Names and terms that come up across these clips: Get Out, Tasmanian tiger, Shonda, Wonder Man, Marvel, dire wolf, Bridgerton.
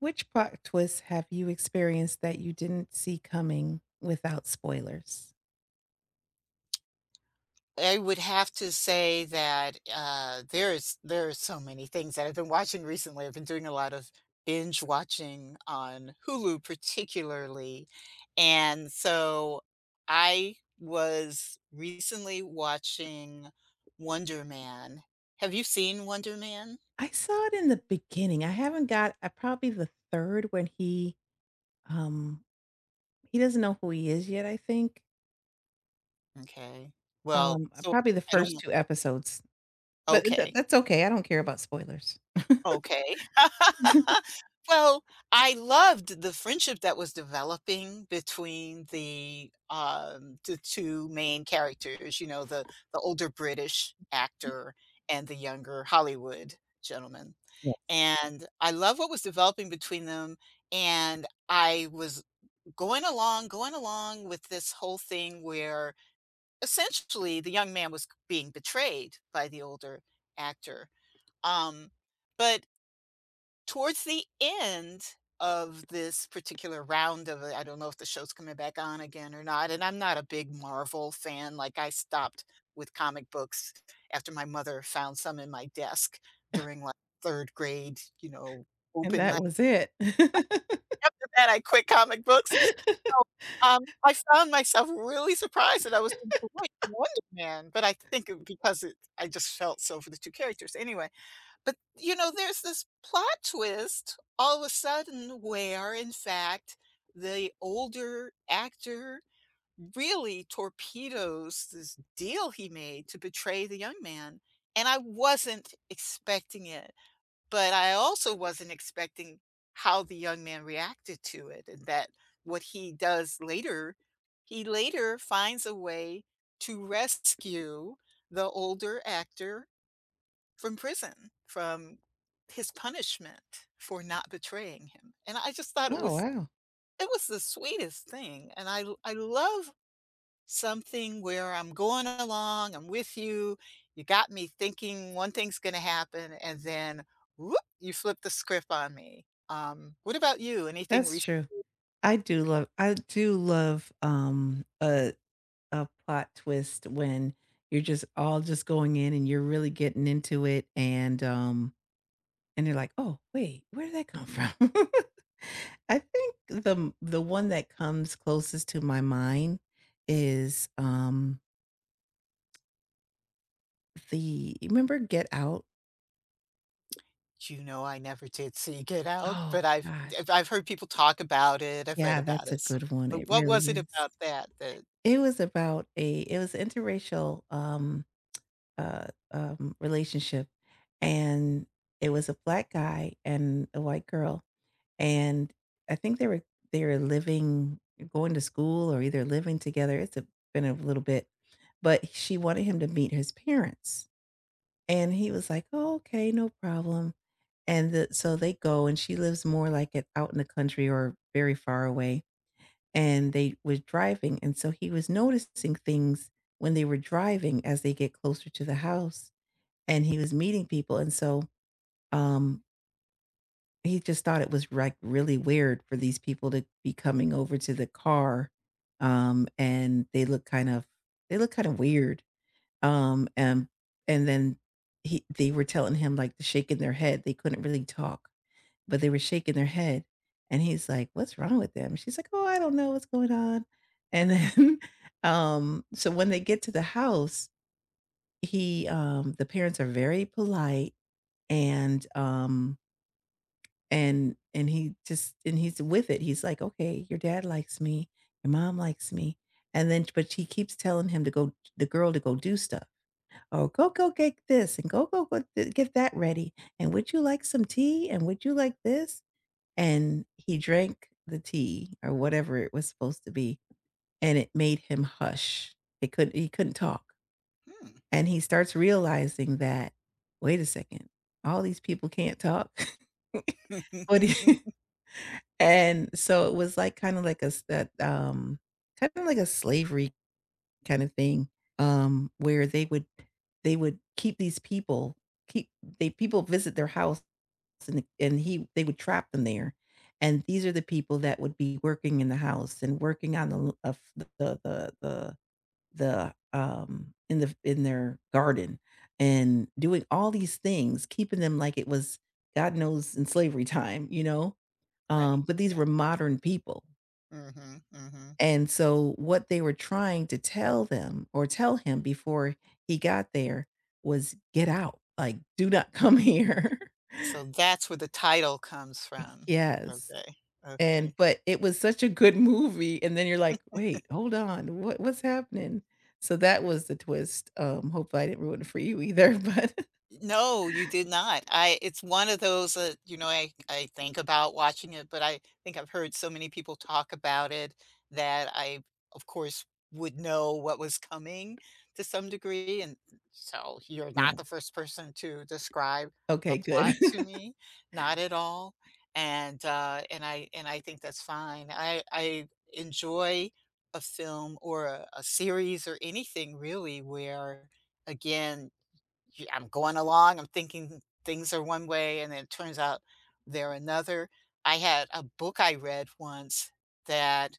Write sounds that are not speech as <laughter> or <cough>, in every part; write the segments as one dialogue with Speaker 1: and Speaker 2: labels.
Speaker 1: Which plot twists have you experienced that you didn't see coming without spoilers?
Speaker 2: I would have to say that there are so many things that I've been watching recently. I've been doing a lot of binge watching on Hulu, particularly, and so I was recently watching Wonder Man. Have you seen Wonder Man?
Speaker 1: I saw it in the beginning. I haven't got probably the 3rd when um he doesn't know who he is yet, I think.
Speaker 2: Okay. Well, so
Speaker 1: Probably the
Speaker 2: I
Speaker 1: first
Speaker 2: don't.
Speaker 1: 2 episodes, but that
Speaker 2: Okay.
Speaker 1: that's okay. I don't care about spoilers.
Speaker 2: Okay. <laughs> Well, I loved the friendship that was developing between the 2 main characters, you know, the older British
Speaker 1: Mhm.
Speaker 2: actor and the younger Hollywood gentleman,
Speaker 1: Yeah.
Speaker 2: and I love what was developing between them, and I was going along with this whole thing where essentially the young man was being betrayed by the older actor, um, but towards the end of this particular round of it. I don't know if the show's coming back on again or not, and I'm not a big Marvel fan. Like, I stopped with comic books after my mother found some in my desk during, like, 3rd grade, you know,
Speaker 1: And
Speaker 2: open
Speaker 1: that
Speaker 2: night. <laughs>
Speaker 1: was it. <laughs>
Speaker 2: After that, I quit comic books, so, I found myself really surprised that I was enjoying Wonder Man, but I think it because it I just felt so for the 2 characters. Anyway, but, you know, there's this plot twist all of a sudden where, in fact, the older actor really torpedoes this deal he made to betray the young man, and I wasn't expecting it, but I also wasn't expecting how the young man reacted to it and that what he does later he later finds a way to rescue the older actor from prison, from his punishment for not betraying him, and I just thought
Speaker 1: Oh, wow.
Speaker 2: it was the sweetest thing, and I love something where I'm going along, I'm with you. You got me thinking one thing's gonna happen, and then, whoop, you flip the script on me. What about you? Anything
Speaker 1: That's
Speaker 2: recent?
Speaker 1: true. I do love, a plot twist when you're just all just going in and you're really getting into it and you're like, "Oh, wait, where did that come from?" <laughs> I think the one that comes closest to my mind is, the remember Get Out?
Speaker 2: You know, I never did see Get Out,
Speaker 1: Oh,
Speaker 2: but
Speaker 1: gosh.
Speaker 2: I've heard people talk about it, I've read
Speaker 1: Yeah,
Speaker 2: about
Speaker 1: that's a
Speaker 2: it, so
Speaker 1: good one,
Speaker 2: but
Speaker 1: it
Speaker 2: what
Speaker 1: really
Speaker 2: was it
Speaker 1: is.
Speaker 2: about that?
Speaker 1: It was about a it was interracial, relationship, and it was a black guy and a white girl, and I think they were living, going to school or either living together. It's a, been a little bit, but she wanted him to meet his parents, and he was like, "Oh, okay, no problem." And the, so they go, and she lives more like it out in the country or very far away. And they was driving, and so he was noticing things when they were driving as they get closer to the house and he was meeting people, and so, um, he just thought it was, like, really weird for these people to be coming over to the car, and they look kind of they look kinda weird, um, and and then he they were telling him, like, shaking their head, they couldn't really talk, but they were shaking their head, and he's like, "What's wrong with them?" She's like, "Oh, I don't know what's going on," and then, <laughs> so when they get to the house, the parents are very polite, and um and he just and he's with it. He's like, "Okay, your dad likes me, your mom likes me." And then but she keeps telling him to go the girl to go do stuff. "Oh, go get this and go th- get that ready. And would you like some tea? And would you like this?" And he drank the tea or whatever it was supposed to be, and it made him hush. He couldn't talk
Speaker 2: Hmm.
Speaker 1: and he starts realizing that, "Wait a second, all these people can't talk." <laughs> But
Speaker 2: <laughs>
Speaker 1: he <laughs> and so it was like kinda like a s that, kinda like a slavery kind of thing, where they would keep these people keep they people visit their house and he they would trap them there. And these are the people that would be working in the house and working on the l of the the the, in the in their garden and doing all these things, keeping them like it was God knows in slavery time, you know?
Speaker 2: Right,
Speaker 1: But these
Speaker 2: yeah.
Speaker 1: were modern people.
Speaker 2: Mhm, mhm.
Speaker 1: And so what they were trying to tell them or tell him before he got there was get out, like, do not come here. <laughs>
Speaker 2: So that's where the title comes from.
Speaker 1: Yes.
Speaker 2: Okay,
Speaker 1: And
Speaker 2: okay.
Speaker 1: but it was such a good movie, and then you're like, "Wait, hold on, what what's happening?" So that was the twist, hopefully I didn't ruin it for you either, <laughs> but
Speaker 2: No, you did not. I It's one of those that, you know, I think about watching it, but I think I've heard so many people talk about it that I, of course, would know what was coming to some degree. And so you're
Speaker 1: yeah.
Speaker 2: not the first person to describe the
Speaker 1: Okay, good.
Speaker 2: plot to
Speaker 1: <laughs>
Speaker 2: me, not at all. And and I think that's fine. I enjoy a film or a series or anything really where again I'm going along, I'm thinking things are one way, and then it turns out they're another. I had a book I read once that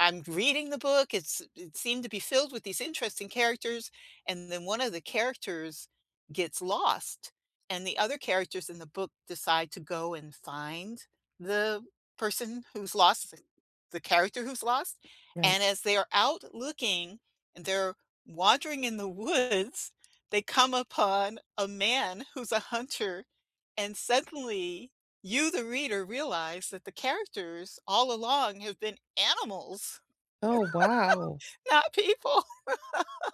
Speaker 2: I'm reading the book. It's it seemed to be filled with these interesting characters, and then one of the characters gets lost, and the other characters in the book decide to go and find the person who's lost, the character who's lost.
Speaker 1: Right.
Speaker 2: And as they are out looking and they're wandering in the <laughs> woods, they come upon a man who's a hunter, and suddenly you, the reader, realize that the characters all along have been animals,
Speaker 1: Oh, wow.
Speaker 2: not people,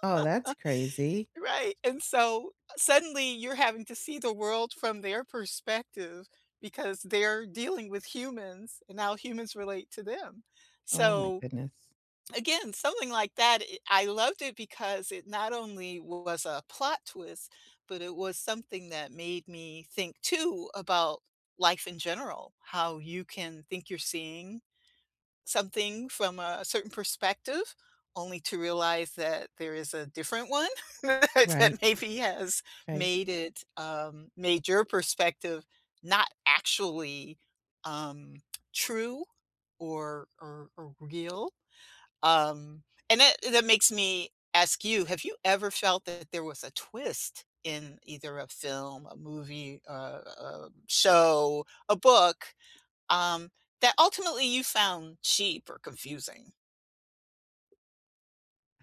Speaker 1: Oh, that's crazy.
Speaker 2: <laughs> right? And so suddenly you're having to see the world from their perspective because they're dealing with humans and how humans relate to them.
Speaker 1: Oh my
Speaker 2: So
Speaker 1: goodness.
Speaker 2: again, something like that, I loved it because it not only was a plot twist, but it was something that made me think too about life in general, how you can think you're seeing something from a certain perspective, only to realize that there is a different one <laughs> that
Speaker 1: Right,
Speaker 2: maybe has
Speaker 1: right.
Speaker 2: made it, made your perspective not actually, um, true or real. Um, and that makes me ask you, have you ever felt that there was a twist in either a film, a movie, a show, a book, um, that ultimately you found cheap or confusing?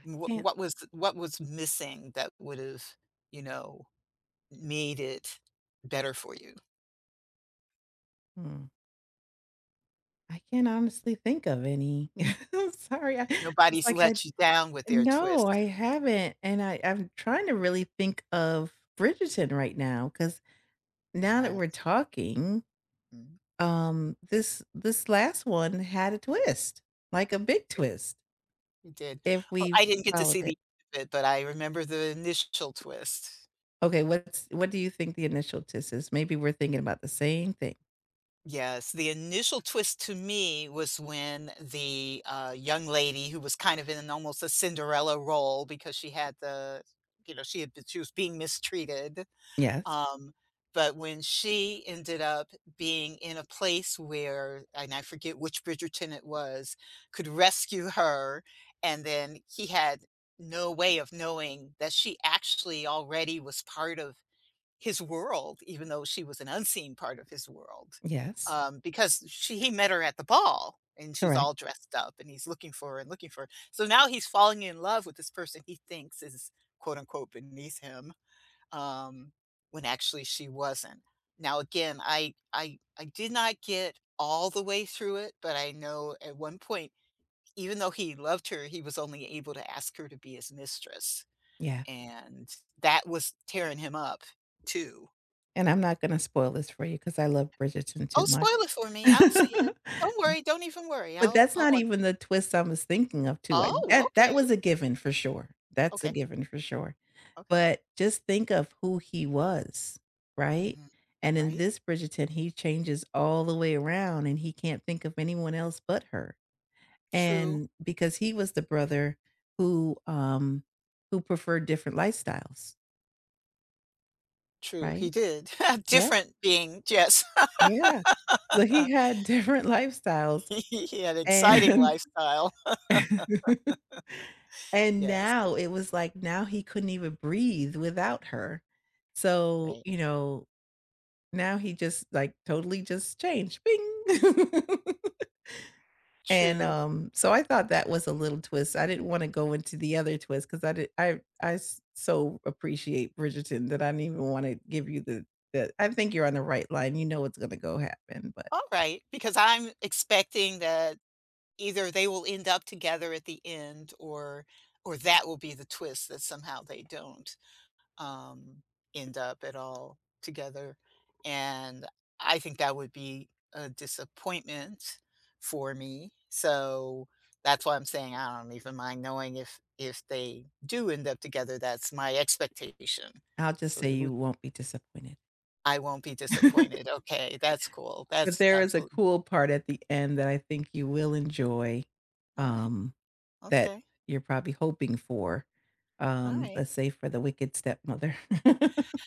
Speaker 2: What
Speaker 1: Can't
Speaker 2: what was what was missing that would've, you know, made it better for you?
Speaker 1: hmm, I can't honestly think of any. <laughs> I'm sorry. I It's
Speaker 2: Nobody's
Speaker 1: like I
Speaker 2: let you down with their
Speaker 1: no, I
Speaker 2: twist.
Speaker 1: haven't, and I'm trying to really think of Bridgerton right now because now that
Speaker 2: Yeah,
Speaker 1: we're talking,
Speaker 2: mm,
Speaker 1: this last one had a twist, like a big
Speaker 2: it
Speaker 1: twist,
Speaker 2: it did.
Speaker 1: if
Speaker 2: Oh,
Speaker 1: we
Speaker 2: I didn't get to
Speaker 1: followed
Speaker 2: see
Speaker 1: it.
Speaker 2: the end of it, but I remember the initial twist.
Speaker 1: Okay, what's what do you think the initial "tis" is? Maybe we're thinking about the same thing.
Speaker 2: Yes, the initial twist to me was when the, young lady who was kind of in almost a Cinderella role because she had the you know, she was being mistreated.
Speaker 1: Yes,
Speaker 2: Um, but when she ended up being in a place where, and I forget which Bridgerton it was, could rescue her, and then he had no way of knowing that she actually already was part of his world, even though she was an unseen part of his world.
Speaker 1: yes,
Speaker 2: Because she he met her at the ball, and she's
Speaker 1: correct,
Speaker 2: all dressed up, and he's looking for her and looking for her. So now he's falling in love with this person he thinks is, quote, unquote, "beneath him." um, when actually she wasn't. Now, again, I did not get all the way through it, but I know at one point, even though he loved her, he was only able to ask her to be his mistress.
Speaker 1: yeah,
Speaker 2: And that was tearing him up too.
Speaker 1: and I'm not gonna spoil this for you because I love Bridgerton too
Speaker 2: Oh,
Speaker 1: much.
Speaker 2: spoil it for me. I'll see it.
Speaker 1: <laughs>
Speaker 2: Don't worry. Don't even worry.
Speaker 1: But that's
Speaker 2: I'll
Speaker 1: not
Speaker 2: watch it.
Speaker 1: even the twist I was thinking of too, like,
Speaker 2: Oh,
Speaker 1: that
Speaker 2: okay.
Speaker 1: was a given for sure, that's a
Speaker 2: Okay.
Speaker 1: given for sure,
Speaker 2: Okay.
Speaker 1: but just think of who he was, right?
Speaker 2: Hmm.
Speaker 1: And in
Speaker 2: Right.
Speaker 1: this Bridgerton, he changes all the way around and he can't think of anyone else but her.
Speaker 2: True.
Speaker 1: And because he was the brother who um who preferred different lifestyles,
Speaker 2: True. He
Speaker 1: right,
Speaker 2: did. <laughs>
Speaker 1: yeah,
Speaker 2: Different being, yes.
Speaker 1: yeah, so he
Speaker 2: <laughs>
Speaker 1: had <laughs> different lifestyles.
Speaker 2: He had an exciting
Speaker 1: And
Speaker 2: lifestyle.
Speaker 1: <laughs> and
Speaker 2: Yes,
Speaker 1: now it was like now he couldn't even breathe without her, so you
Speaker 2: right.
Speaker 1: know, now he just like totally just changed bing. <laughs> And,
Speaker 2: True.
Speaker 1: so I thought that was a little twist. I didn't wanna go into the other twist because I s so appreciate Bridgerton that I didn't even wanna give you the I think you're on the right line. You know what's gonna go happen, but
Speaker 2: All right, because I'm expecting that either they will end up together at the end or that will be the twist that somehow they don't um end up at all together. And I think that would be a disappointment for me. So that's why I'm saying I don't even mind knowing if they do end up together. That's my expectation.
Speaker 1: I'll just
Speaker 2: So
Speaker 1: say
Speaker 2: who
Speaker 1: you won't be disappointed.
Speaker 2: I won't be disappointed,
Speaker 1: <laughs>
Speaker 2: okay, that's cool,
Speaker 1: But
Speaker 2: that's
Speaker 1: there is a
Speaker 2: absolutely
Speaker 1: cool
Speaker 2: cool.
Speaker 1: part at the end that I think you will enjoy,
Speaker 2: Alright,
Speaker 1: um, that
Speaker 2: okay,
Speaker 1: you're probably hoping for,
Speaker 2: alright.
Speaker 1: let's say for the wicked stepmother. <laughs>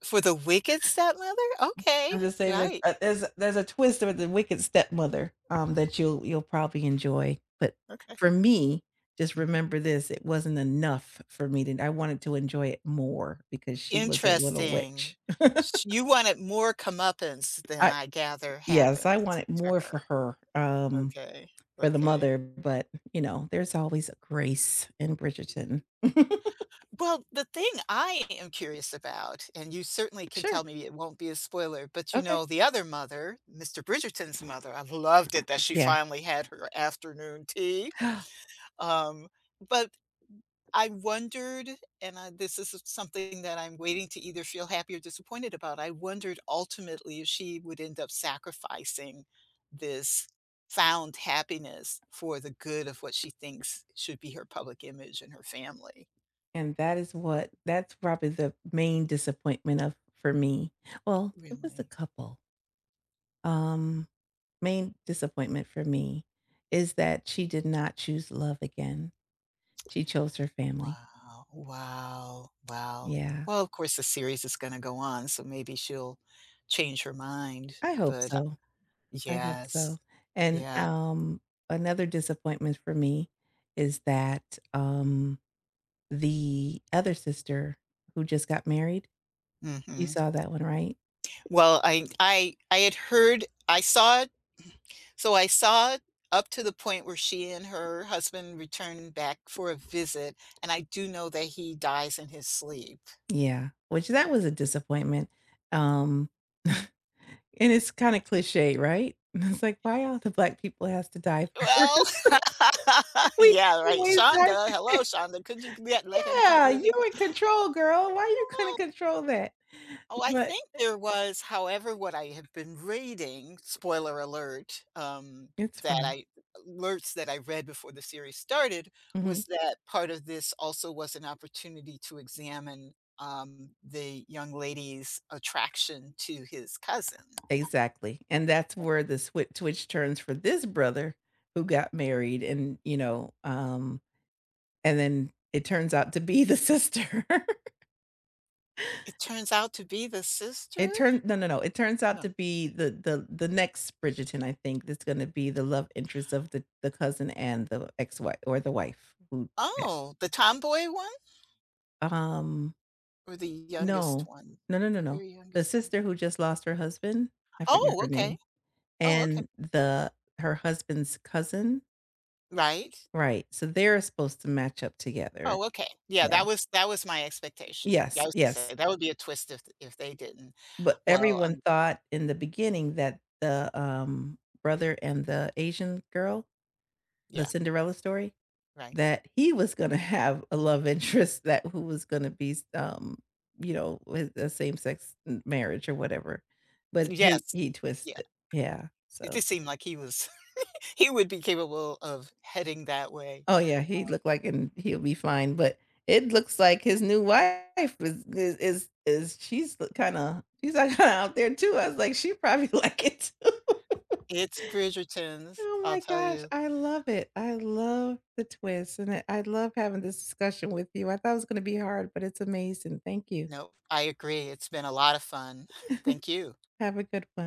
Speaker 2: For the wicked stepmother? Okay,
Speaker 1: I'm just saying
Speaker 2: right,
Speaker 1: there's a twist with the wicked stepmother, that you'll probably enjoy. But
Speaker 2: okay,
Speaker 1: for me, just
Speaker 2: mhm.
Speaker 1: remember this: it wasn't enough for me to. I wanted to enjoy it more because she was a little
Speaker 2: Interesting.
Speaker 1: witch.
Speaker 2: Sh You wanted more comeuppance
Speaker 1: <laughs>
Speaker 2: than
Speaker 1: I
Speaker 2: I gather
Speaker 1: Yes, I
Speaker 2: happens
Speaker 1: wanted
Speaker 2: to
Speaker 1: more
Speaker 2: her.
Speaker 1: for her,
Speaker 2: Okay,
Speaker 1: for the
Speaker 2: okay.
Speaker 1: mother. But you know, there's always a grace in Bridgerton. <laughs>
Speaker 2: Well, the thing I am curious about, and you certainly can
Speaker 1: Sure.
Speaker 2: tell me it won't be a spoiler, but you
Speaker 1: Okay.
Speaker 2: know, the other mother, Mr. Bridgerton's mother, I loved it that she
Speaker 1: Yes.
Speaker 2: finally had her afternoon tea. Um, but I wondered, and this is something that I'm waiting to either feel happy or disappointed about. I wondered ultimately if she would end up sacrificing this found happiness for the good of what she thinks should be her public image and her family.
Speaker 1: And that is what that's probably the main disappointment of for me. Well, there was a
Speaker 2: Really?
Speaker 1: couple. Um, Main disappointment for me is that she did not choose love again. She chose her family.
Speaker 2: Wow. Wow. Wow.
Speaker 1: Yeah,
Speaker 2: Well, of course, the series is going to go on, so maybe she'll change her mind.
Speaker 1: I hope
Speaker 2: But
Speaker 1: so. I hope so.
Speaker 2: yes.
Speaker 1: And,
Speaker 2: Yeah.
Speaker 1: another disappointment for me is that, the other sister who just got married, you
Speaker 2: Hmm.
Speaker 1: saw that one, right?
Speaker 2: Well, I had heard I saw it up to the point where she and her husband returned back for a visit, and I do know that he dies in his sleep.
Speaker 1: Yeah, which that was a disappointment. Um, <laughs> and it's kinda cliche, right? <laughs> It's like, why all the black people has to die <laughs>
Speaker 2: Well,
Speaker 1: first?
Speaker 2: <laughs>
Speaker 1: We
Speaker 2: yeah, right,
Speaker 1: always have. <laughs>
Speaker 2: Shonda, hello, Shonda, could you let him keep
Speaker 1: Yeah, you
Speaker 2: living?
Speaker 1: in control, girl. Why you couldn't control that?
Speaker 2: Oh, I
Speaker 1: But
Speaker 2: think there was, however, what I have been reading, spoiler alert,
Speaker 1: it's
Speaker 2: that
Speaker 1: fine.
Speaker 2: I alerts that I read before the series started
Speaker 1: Mhm.
Speaker 2: was that part of this also was an opportunity to examine the young lady's attraction to his cousin.
Speaker 1: Exactly, and that's where the switch twitch turns for this brother who got married and, you know, and then it turns out to be the sister. <laughs>
Speaker 2: It turns out to be the sister?
Speaker 1: It turned no, no, no, it turns out
Speaker 2: No.
Speaker 1: to be the next Bridgerton, I think, that's gonna be the love interest of the cousin and the ex-wife or the wife who yeah.
Speaker 2: Oh, the tomboy one
Speaker 1: Um,
Speaker 2: or the youngest
Speaker 1: no.
Speaker 2: one?
Speaker 1: No, no, no,
Speaker 2: The
Speaker 1: no.
Speaker 2: very
Speaker 1: The
Speaker 2: youngest one.
Speaker 1: sister who just lost her husband, I forget
Speaker 2: Oh,
Speaker 1: her name,
Speaker 2: okay. Oh, okay.
Speaker 1: and the her husband's cousin,
Speaker 2: Right.
Speaker 1: right, so they're supposed to match up together.
Speaker 2: Oh, okay. Yeah,
Speaker 1: Yeah.
Speaker 2: that was my expectation. Yeah,
Speaker 1: Yes,
Speaker 2: I was gonna
Speaker 1: yes,
Speaker 2: say, that would be a twist if they didn't.
Speaker 1: but
Speaker 2: Well,
Speaker 1: everyone thought in the beginning that the, brother and the Asian girl, the
Speaker 2: yeah,
Speaker 1: Cinderella story
Speaker 2: right.
Speaker 1: that he was gonna have a love interest that who was gonna be, you know, with a same-sex marriage or whatever, but
Speaker 2: Yes.
Speaker 1: he
Speaker 2: Yeah.
Speaker 1: twisted. Yeah,
Speaker 2: It
Speaker 1: so
Speaker 2: just seemed like he was <laughs> he would be capable of heading that way.
Speaker 1: oh, yeah, he looked like and he'll be fine, but it looks like his new wife is she's kinda she's like kinda out there too. I was like, "She probably <laughs> like it too."
Speaker 2: It's Bridgerton's,
Speaker 1: Oh
Speaker 2: I'll
Speaker 1: my
Speaker 2: tell
Speaker 1: gosh,
Speaker 2: you.
Speaker 1: I love it. I love the twist, and I love having this discussion with you. I thought it was gonna be hard, but it's amazing. Thank you.
Speaker 2: No, I agree. It's been a lot of fun. <laughs> Thank you.
Speaker 1: Have a good one.